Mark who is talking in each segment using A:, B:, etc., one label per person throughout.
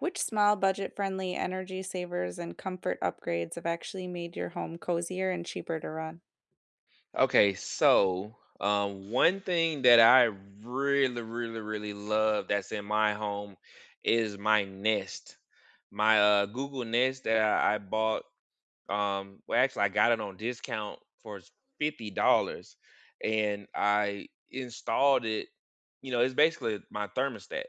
A: Which small, budget friendly energy savers and comfort upgrades have actually made your home cozier and cheaper to run?
B: Okay, so One thing that I really, really, really love that's in my home is my Nest, my Google Nest that I bought. I got it on discount for $50, and I installed it. You know, it's basically my thermostat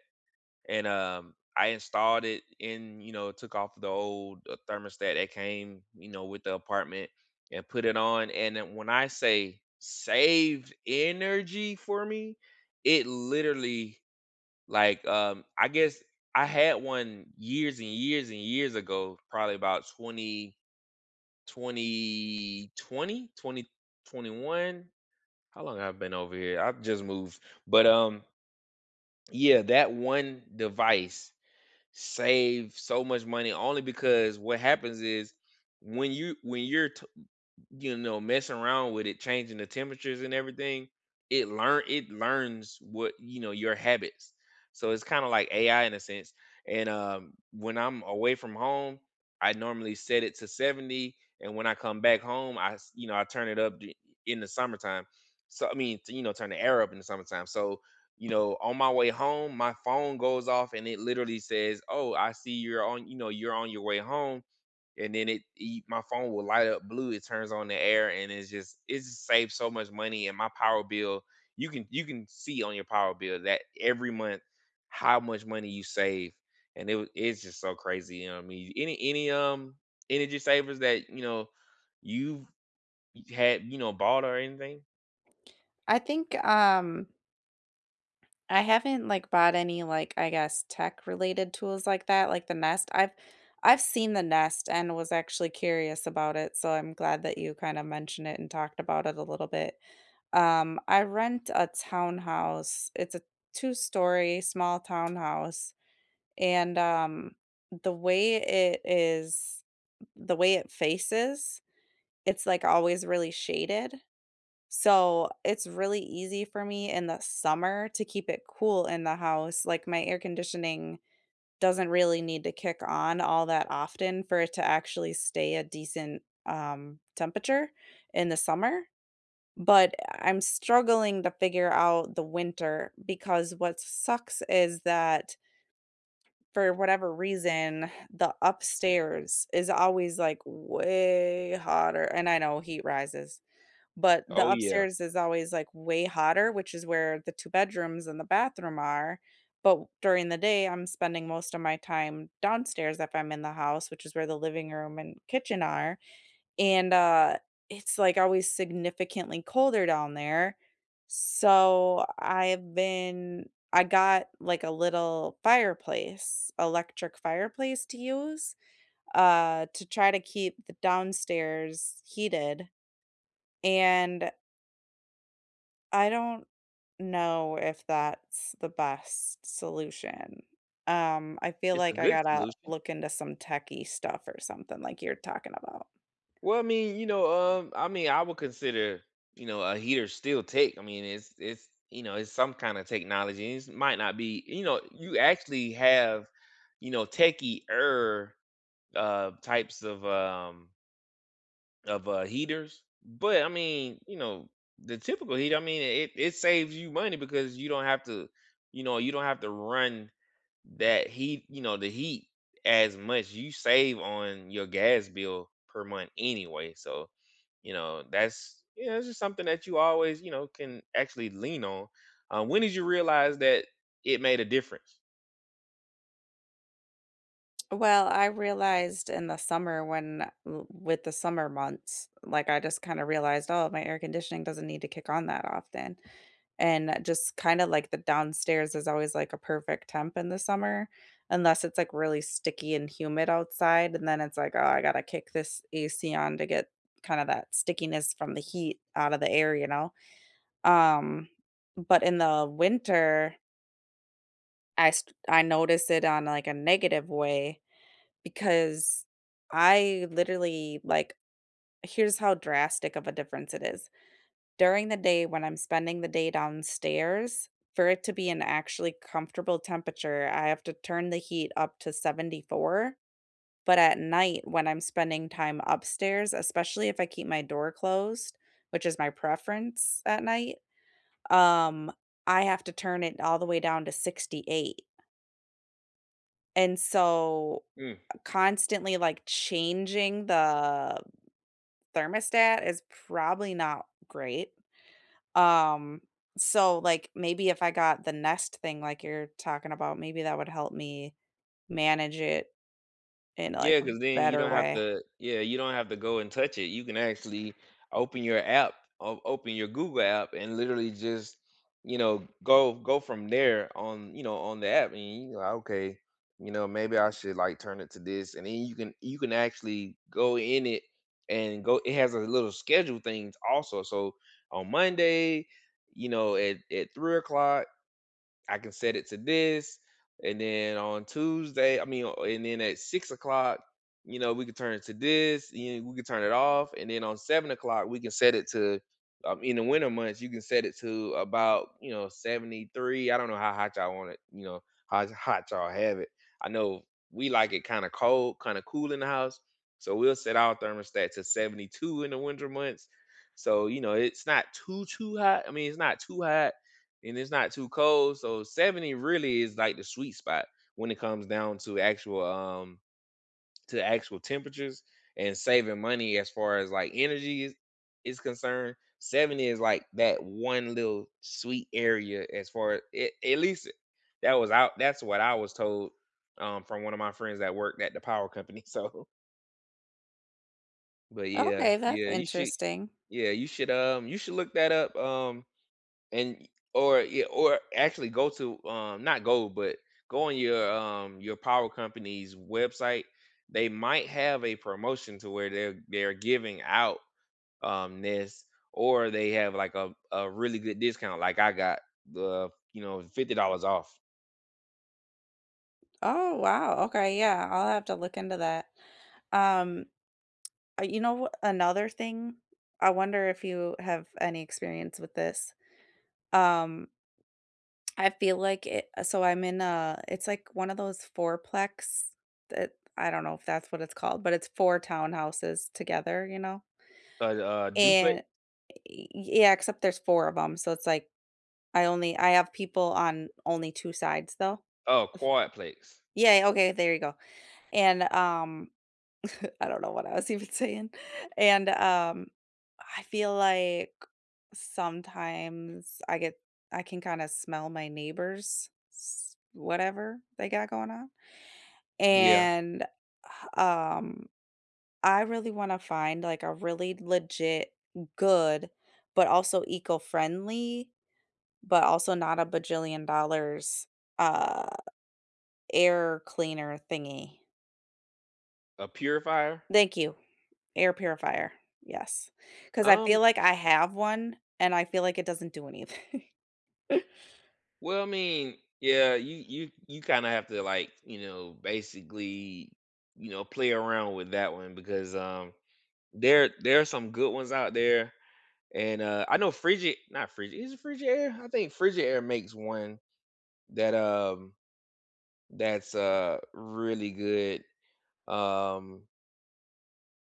B: and I installed it in, you know, took off the old thermostat that came, you know, with the apartment and put it on. And then when I say saved energy for me, it literally like um I guess I had one years and years and years ago, probably about twenty twenty one. How long have I been over here? I've just moved. But Yeah, that one device save so much money only because what happens is when you're you know messing around with it changing the temperatures and everything it learns what you know your habits, so it's kind of like ai in a sense. And when I'm away from home I normally set it to 70, and when I come back home you know I turn it up in the summertime. You know turn the air up in the summertime. So you know, on my way home, my phone goes off and it literally says, "Oh, I see you're on, you know, you're on your way home." And then my phone will light up blue. It turns on the air, and it just saves so much money. And my power bill, you can see on your power bill that every month how much money you save, and it's just so crazy. You know, what I mean, any energy savers that you know you've had, you know, bought or anything.
A: I think I haven't, like, bought any, like, I guess, tech-related tools like that, like the Nest. I've seen the Nest and was actually curious about it, so I'm glad that you kinda mentioned it and talked about it a little bit. I rent a townhouse. It's a two-story small townhouse, and, the way it is the way it faces, it's, like, always really shaded. So, it's really easy for me in the summer to keep it cool in the house, like, my air conditioning doesn't really need to kick on all that often for it to actually stay a decent, temperature in the summer, but I'm struggling to figure out the winter because what sucks is that for whatever reason, the upstairs is always, like, way hotter and I know heat rises. But
B: Oh
A: the
B: yeah,
A: upstairs is always, like, way hotter, which is where the 2 bedrooms and the bathroom are, but during the day, I'm spending most of my time downstairs if I'm in the house, which is where the living room and kitchen are, and, it's, like, always significantly colder down there, so I got, like, a little fireplace, electric fireplace to use, to try to keep the downstairs heated, and I don't know if that's the best solution. I feel
B: it's a
A: like I
B: good
A: gotta
B: solution.
A: look into some techie stuff or something like you're talking about.
B: Well, I mean, you know, I mean, I would consider, you know, a heater still tech. I mean, it's you know, it's some kind of technology. It might not be, you know, you actually have, you know, techie types of heaters. But I mean, you know, the typical heater, I mean, it saves you money because you don't have to, you know, you don't have to run that heat, you know, the heat as much. You save on your gas bill per month anyway, so, you know, that's, yeah, it's just something that you always, you know, can actually lean on. When did you realize that it made a difference?
A: Well, I realized in the summer when with the summer months, like I just kind of realized, oh, my air conditioning doesn't need to kick on that often. And just kinda like the downstairs is always like a perfect temp in the summer, unless it's like really sticky and humid outside, and then it's like, "Oh, I gotta kick this AC on to get kind of that stickiness from the heat out of the air," you know? Um, but in the winter, I notice it on like a negative way because I literally like here's how drastic of a difference it is. During the day when I'm spending the day downstairs, for it to be an actually comfortable temperature, I have to turn the heat up to 74. But at night, when I'm spending time upstairs, especially if I keep my door closed, which is my preference at night, um, I have to turn it all the way down to 68. And so constantly like changing the thermostat is probably not great. Um, so, like, maybe if I got the Nest thing like you're talking about, maybe that would help me manage it in, like,
B: Yeah,
A: a
B: cause then you
A: better
B: don't have
A: way.
B: to, yeah, you don't have to go and touch it. You can actually open your app, o open your Google app and literally just, you know, go from there on, you know, on the app, and you like, "Okay, you know, maybe I should, like, turn it to this," and then you can actually go in it and go, it has a little schedule things also. So on Monday, you know, at 3 o'clock I can set it to this, and then on Tuesday, I mean, and then at 6 o'clock, you know, we could turn it to this. You know, we could turn it off, and then on 7 o'clock, we can set it to. In the winter months, you can set it to about you know 73. I don't know how hot y'all want it. You know how hot y'all have it. I know we like it kind of cold, kind of cool in the house, so we'll set our thermostat to 72 in the winter months. So you know it's not too too hot. I mean, it's not too hot and it's not too cold. So 70 really is like the sweet spot when it comes down to actual temperatures and saving money as far as like energy is concerned. 70 is like that one little sweet area as far as it, at least that's what I was told from one of my friends that worked at the power company. So but yeah,
A: Okay, that's interesting.
B: yeah, you should look that up. And or yeah, or actually go to not go, but go on your power company's website. They might have a promotion to where they're giving out this or they have like a really good discount. Like I got the you know $50 off.
A: Oh, wow, okay, yeah, I'll have to look into that. Um, you know what another thing? I wonder if you have any experience with this. Um, I feel like it so I'm in a it's like one of those fourplex that I don't know if that's what it's called, but it's 4 townhouses together, you know?
B: A duplex,
A: And Y yeah, except there's 4 of them, so it's like, I have people on only 2 sides though.
B: oh quadplex.
A: Yeah, okay, there you go, and, I don't know what I was even saying, and, I feel like sometimes I get I can kinda smell my neighbors' s whatever they got going on,
B: Yeah.
A: and, um, I really wanna find, like, a really legit, good, but also eco-friendly but also not a bajillion dollars, uh, air cleaner thingy.
B: A purifier.
A: Thank you, air purifier, yes, because I
B: Um
A: feel like I have one, and I feel like it doesn't do anything.
B: Well, I mean, yeah, you kind of have to like, you know, basically, you know, play around with that one because there there are some good ones out there. And I know Frigid, not Frigid, is it Frigid Air? I think Frigid Air makes one that that's really good. Um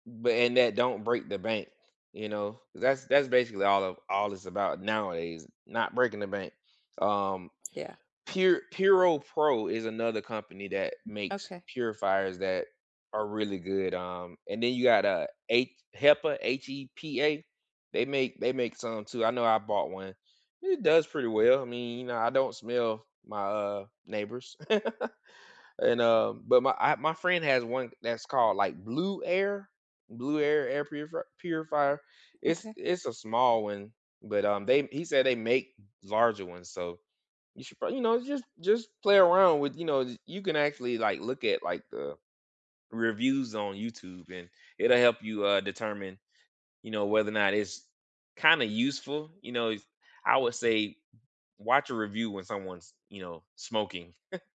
B: but and that don't break the bank, you know. That's basically all of all it's about nowadays, not breaking the bank. Um
A: Yeah,
B: Pure Puro Pro is another company that makes
A: okay,
B: purifiers that are really good. And then you got H HEPA, HEPA. They make some too. I know I bought one. It does pretty well. I mean, you know, I don't smell my neighbors. And but my friend has one that's called like Blue Air, Blue Air purifier.
A: okay.
B: It's a small one, but they he said they make larger ones, so you should probably you know just play around with you know you can actually like look at like the reviews on YouTube, and it'll help you determine you know whether or not it's kind of useful. You know, it's I would say watch a review when someone's you know smoking.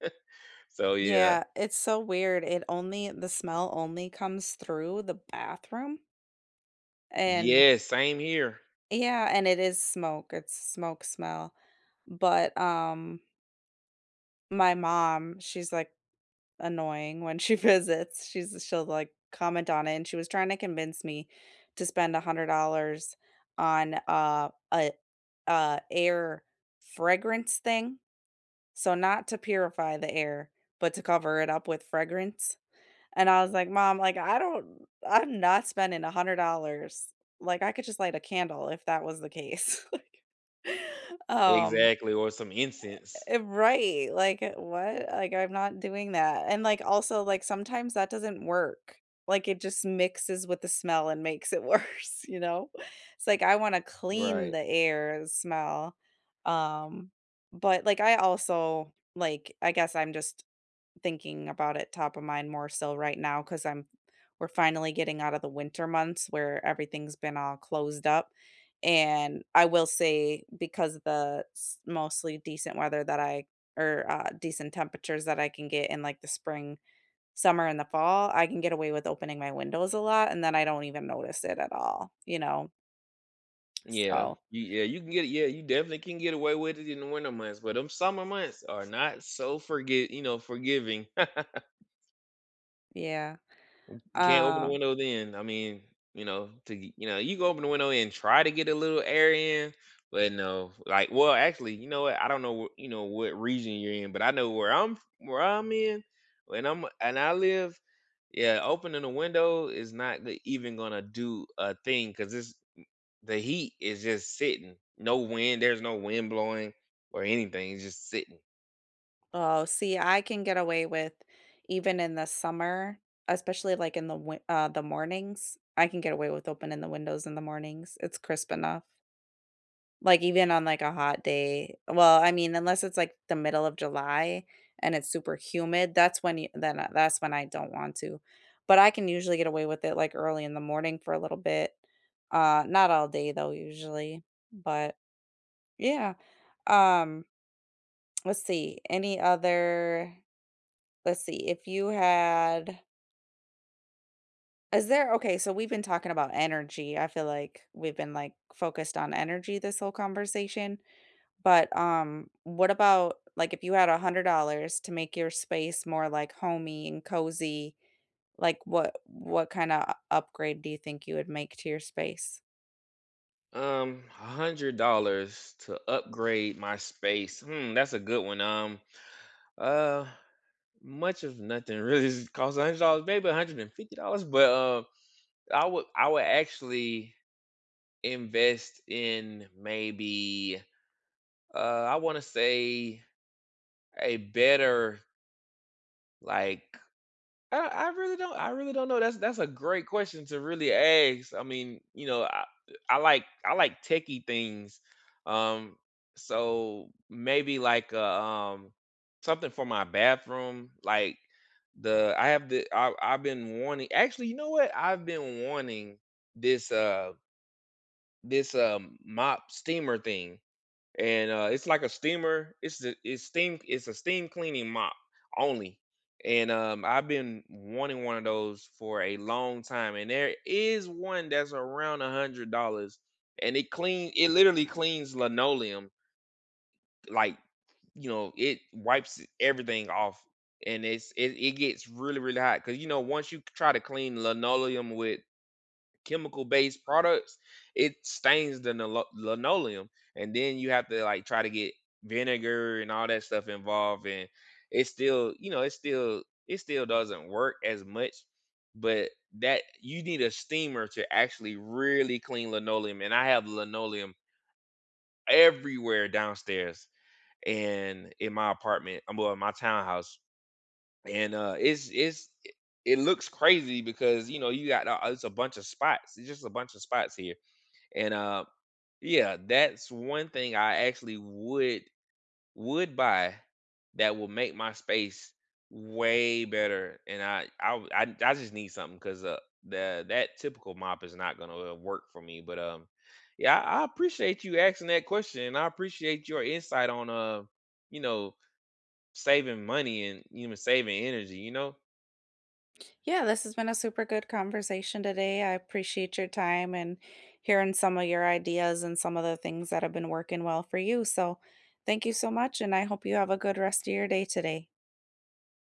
B: So yeah.
A: Yeah, it's so weird. It only The smell only comes through the bathroom and
B: Yes, same here.
A: yeah, and it is smoke. It's smoke smell. But my mom, she's like annoying when she visits. She'll like comment on it and she was trying to convince me to spend $100 on a air fragrance thing. So not to purify the air, but to cover it up with fragrance. And I was like, "Mom, like, I'm not spending $100." Like, I could just light a candle if that was the case. Like, um
B: Exactly, or some incense.
A: eh, right, like, eh, what? Like, I'm not doing that. And, like, also, like, sometimes that doesn't work. Like, it just mixes with the smell and makes it worse, you know? It's like, I wanna clean
B: Right.
A: the air, the smell. Um, but, like, I also like, I guess I'm just thinking about it top of mind more so right now because I'm we're finally getting out of the winter months where everything's been all closed up. And I will say because of the mostly decent weather that I or decent temperatures that I can get in like the spring, summer, and the fall, I can get away with opening my windows a lot, and then I don't even notice it at all. You know,
B: Yeah.
A: so
B: You, yeah, you can get, yeah, you definitely can get away with it in the winter months, but them summer months are not so, forget, you know, forgiving.
A: yeah.
B: You can't open the
A: Um,
B: window then. I mean, you know, to you know, you go open the window and try to get a little air in, but no. Like, well, actually, you know what? I don't know, you know, what region you're in, but I know where where I'm in, when I'm and I live. Yeah, opening the window is not even gonna do a thing because it's the heat is just sitting. No wind. There's no wind blowing or anything. It's just sitting.
A: oh, see, I can get away with even in the summer, especially like in the the mornings. I can get away with opening the windows in the mornings. It's crisp enough. Like even on like a hot day. Well, I mean, unless it's like the middle of July and it's super humid, that's when you that's when I don't want to. But I can usually get away with it like early in the morning for a little bit. Not all day though usually, but yeah. Um let's see. Any other Let's see, if you had is there okay, so we've been talking about energy. I feel like we've been, like, focused on energy this whole conversation, but, what about, like, if you had $100 to make your space more, like, homey and cozy, like, what kinda upgrade do you think you would make to your space?
B: $100 to upgrade my space. Hmm, that's a good one. Uh, much of nothing really costs $100, maybe $150. But I would actually invest in maybe I want to say a better, like, I really don't, I really don't know. That's a great question to really ask. I mean, you know, I like, I like techie things. Um so maybe like something for my bathroom like the, I have the, I I've been wanting, actually, you know what? I've been wanting this this mop steamer thing and it's like a steamer. It's the it's steam. It's a steam cleaning mop only. And I've been wanting one of those for a long time, and there is one that's around $100, and it clean. It literally cleans linoleum, like you know, it wipes everything off, and it gets really really hot because you know once you try to clean linoleum with chemical based products, it stains the linoleum, and then you have to like try to get vinegar and all that stuff involved, and it still, you know, it still doesn't work as much, but that you need a steamer to actually really clean linoleum, and I have linoleum everywhere downstairs and in my apartment, I'm well, in my townhouse, and it's it looks crazy because you know you got it's a bunch of spots. It's just a bunch of spots here, and yeah, that's one thing I actually would buy that will make my space way better. And I I just need something because the that typical mop is not gonna work for me. But yeah, I appreciate you asking that question, and I appreciate your insight on you know saving money and you know saving energy. You know.
A: Yeah, this has been a super good conversation today. I appreciate your time and hearing some of your ideas and some of the things that have been working well for you. So, thank you so much, and I hope you have a good rest of your day today.